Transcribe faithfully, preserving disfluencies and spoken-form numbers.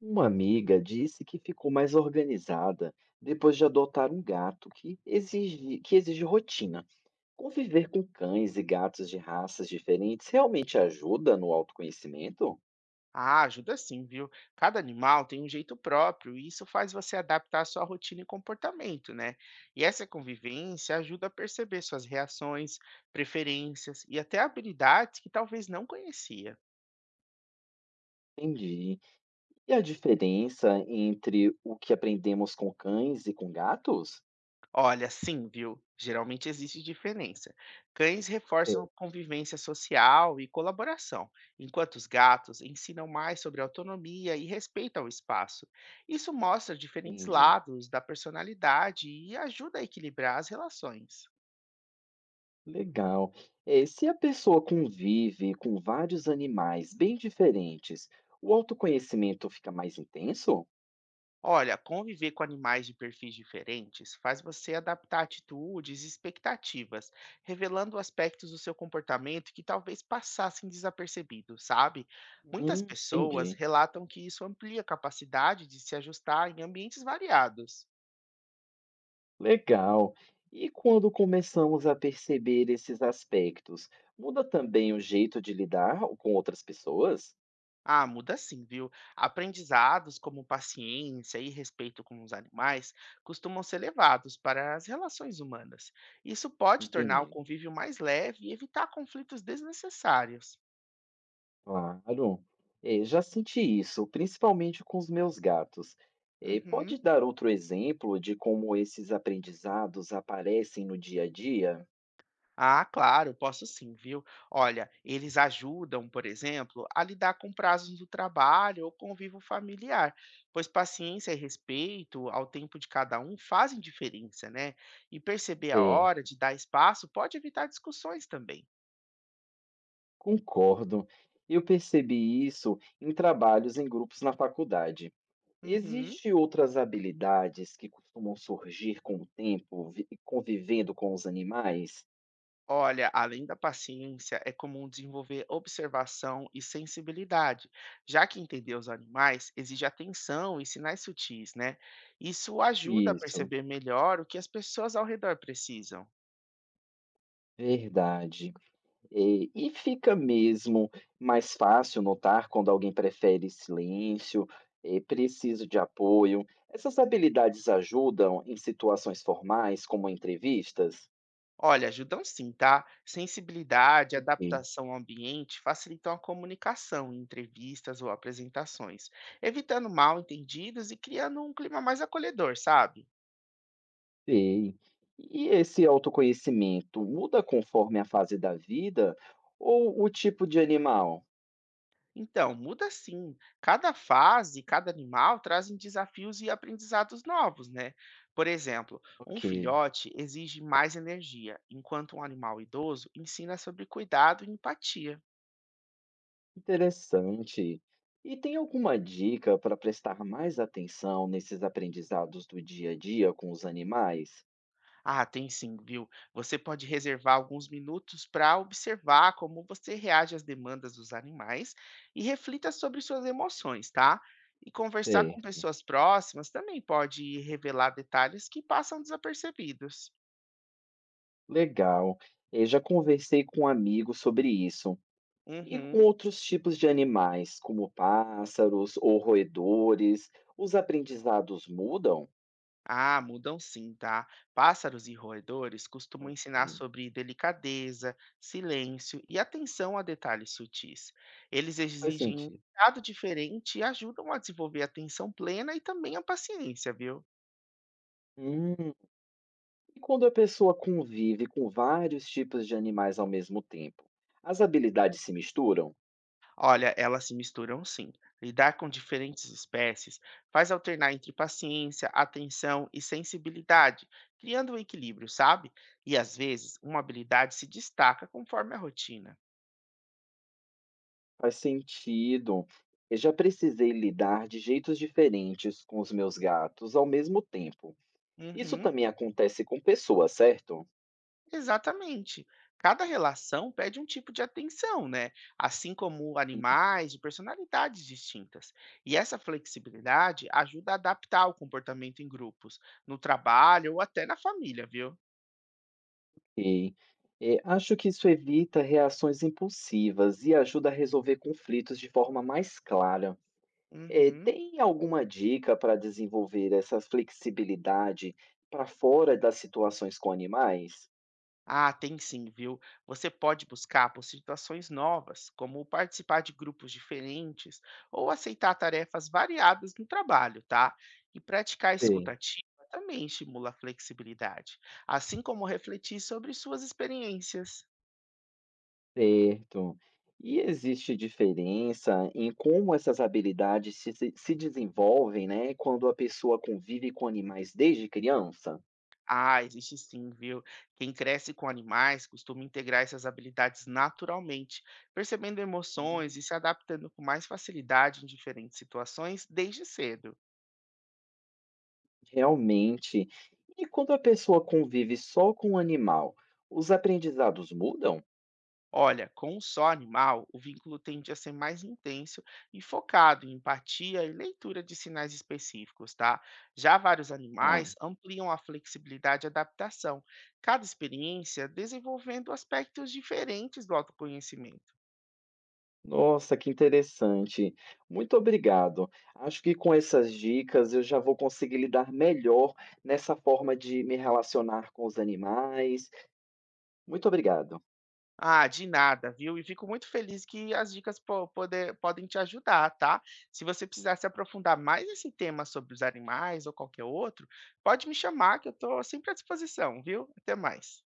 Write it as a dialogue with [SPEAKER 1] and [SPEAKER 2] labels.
[SPEAKER 1] Uma amiga disse que ficou mais organizada depois de adotar um gato que exige, que exige rotina. Conviver com cães e gatos de raças diferentes realmente ajuda no autoconhecimento?
[SPEAKER 2] Ah, ajuda sim, viu? Cada animal tem um jeito próprio e isso faz você adaptar a sua rotina e comportamento, né? E essa convivência ajuda a perceber suas reações, preferências e até habilidades que talvez não conhecia.
[SPEAKER 1] Entendi. E a diferença entre o que aprendemos com cães e com gatos?
[SPEAKER 2] Olha, sim, viu? Geralmente existe diferença. Cães
[SPEAKER 1] É.
[SPEAKER 2] reforçam convivência social e colaboração, enquanto os gatos ensinam mais sobre autonomia e respeito ao espaço. Isso mostra diferentes
[SPEAKER 1] Entendi.
[SPEAKER 2] lados da personalidade e ajuda a equilibrar as relações.
[SPEAKER 1] Legal. É, se a pessoa convive com vários animais bem diferentes, o autoconhecimento fica mais intenso?
[SPEAKER 2] Olha, conviver com animais de perfis diferentes faz você adaptar atitudes e expectativas, revelando aspectos do seu comportamento que talvez passassem desapercebidos, sabe?
[SPEAKER 1] Hum,
[SPEAKER 2] Muitas pessoas
[SPEAKER 1] entendi.
[SPEAKER 2] relatam que isso amplia a capacidade de se ajustar em ambientes variados.
[SPEAKER 1] Legal. E quando começamos a perceber esses aspectos, muda também o jeito de lidar com outras pessoas?
[SPEAKER 2] Ah, muda sim, viu? Aprendizados como paciência e respeito com os animais costumam ser levados para as relações humanas. Isso pode tornar o
[SPEAKER 1] Entendi.
[SPEAKER 2] convívio mais leve e evitar conflitos desnecessários.
[SPEAKER 1] Claro. É, já senti isso, principalmente com os meus gatos. É,
[SPEAKER 2] Uhum.
[SPEAKER 1] pode dar outro exemplo de como esses aprendizados aparecem no dia a dia?
[SPEAKER 2] Ah, claro, posso sim, viu? Olha, eles ajudam, por exemplo, a lidar com prazos do trabalho ou convívio familiar, pois paciência e respeito ao tempo de cada um fazem diferença, né? E perceber a
[SPEAKER 1] É,
[SPEAKER 2] hora de dar espaço pode evitar discussões também.
[SPEAKER 1] concordo. Eu percebi isso em trabalhos em grupos na faculdade.
[SPEAKER 2] Uhum.
[SPEAKER 1] Existem outras habilidades que costumam surgir com o tempo, vi convivendo com os animais?
[SPEAKER 2] Olha, além da paciência, é comum desenvolver observação e sensibilidade, já que entender os animais exige atenção e sinais sutis, né? Isso ajuda a
[SPEAKER 1] Isso,
[SPEAKER 2] perceber melhor o que as pessoas ao redor precisam.
[SPEAKER 1] verdade. Eh, e fica mesmo mais fácil notar quando alguém prefere silêncio, eh, precisa de apoio. Essas habilidades ajudam em situações formais, como entrevistas?
[SPEAKER 2] Olha, ajudam sim, tá? Sensibilidade,
[SPEAKER 1] Sim.
[SPEAKER 2] adaptação ao ambiente facilitam a comunicação em entrevistas ou apresentações, evitando mal entendidos e criando um clima mais acolhedor, sabe?
[SPEAKER 1] Sei. E esse autoconhecimento muda conforme a fase da vida ou o tipo de animal?
[SPEAKER 2] Então, muda sim. Cada fase, cada animal trazem desafios e aprendizados novos, né? Por exemplo, um
[SPEAKER 1] Ok.
[SPEAKER 2] filhote exige mais energia, enquanto um animal idoso ensina sobre cuidado e empatia.
[SPEAKER 1] Interessante. E tem alguma dica para prestar mais atenção nesses aprendizados do dia a dia com os animais?
[SPEAKER 2] Ah, tem sim, viu? Você pode reservar alguns minutos para observar como você reage às demandas dos animais e reflita sobre suas emoções, tá? E conversar com
[SPEAKER 1] Certo.
[SPEAKER 2] pessoas próximas também pode revelar detalhes que passam desapercebidos.
[SPEAKER 1] Legal. Eu já conversei com um amigo sobre isso. E com
[SPEAKER 2] Uhum.
[SPEAKER 1] outros tipos de animais, como pássaros ou roedores, os aprendizados mudam?
[SPEAKER 2] Ah, mudam sim, tá? Pássaros e roedores costumam
[SPEAKER 1] Ok.
[SPEAKER 2] ensinar sobre delicadeza, silêncio e atenção a detalhes sutis. Eles
[SPEAKER 1] Faz
[SPEAKER 2] exigem um
[SPEAKER 1] sentido.
[SPEAKER 2] cuidado diferente e ajudam a desenvolver a atenção plena e também a paciência, viu?
[SPEAKER 1] Hum, e quando a pessoa convive com vários tipos de animais ao mesmo tempo, as habilidades se misturam?
[SPEAKER 2] Olha, elas se misturam sim. Lidar com diferentes espécies faz alternar entre paciência, atenção e sensibilidade, criando um equilíbrio, sabe? E às vezes, uma habilidade se destaca conforme a rotina.
[SPEAKER 1] Faz sentido. Eu já precisei lidar de jeitos diferentes com os meus gatos ao mesmo tempo. Isso
[SPEAKER 2] Uhum.
[SPEAKER 1] também acontece com pessoas, certo?
[SPEAKER 2] Exatamente. Cada relação pede um tipo de atenção, né? Assim como animais e personalidades distintas. E essa flexibilidade ajuda a adaptar o comportamento em grupos, no trabalho ou até na família, viu?
[SPEAKER 1] Ok. É, acho que isso evita reações impulsivas e ajuda a resolver conflitos de forma mais clara. É,
[SPEAKER 2] Uhum.
[SPEAKER 1] tem alguma dica para desenvolver essa flexibilidade para fora das situações com animais?
[SPEAKER 2] Ah, tem sim, viu? Você pode buscar por situações novas, como participar de grupos diferentes ou aceitar tarefas variadas no trabalho, tá? E praticar a
[SPEAKER 1] Sim.
[SPEAKER 2] escutativa também estimula a flexibilidade, assim como refletir sobre suas experiências.
[SPEAKER 1] Certo. E existe diferença em como essas habilidades se, se se desenvolvem, né, quando a pessoa convive com animais desde criança?
[SPEAKER 2] Ah, existe sim, viu? Quem cresce com animais costuma integrar essas habilidades naturalmente, percebendo
[SPEAKER 1] Hum,
[SPEAKER 2] emoções e se adaptando com mais facilidade em diferentes situações desde cedo.
[SPEAKER 1] Realmente. E quando a pessoa convive só com o animal, os aprendizados mudam?
[SPEAKER 2] Olha, com um só animal, o vínculo tende a ser mais intenso e focado em empatia e leitura de sinais específicos, tá? Já vários
[SPEAKER 1] Ah,
[SPEAKER 2] animais ampliam a flexibilidade e adaptação, cada experiência desenvolvendo aspectos diferentes do autoconhecimento.
[SPEAKER 1] nossa, que interessante. Muito obrigado. Acho que com essas dicas eu já vou conseguir lidar melhor nessa forma de me relacionar com os animais. Muito obrigado.
[SPEAKER 2] Ah, de nada, viu? E fico muito feliz que as dicas po- poder- podem te ajudar, tá? Se você precisar se aprofundar mais nesse tema sobre os animais ou qualquer outro, pode me chamar que eu estou sempre à disposição, viu? Até mais.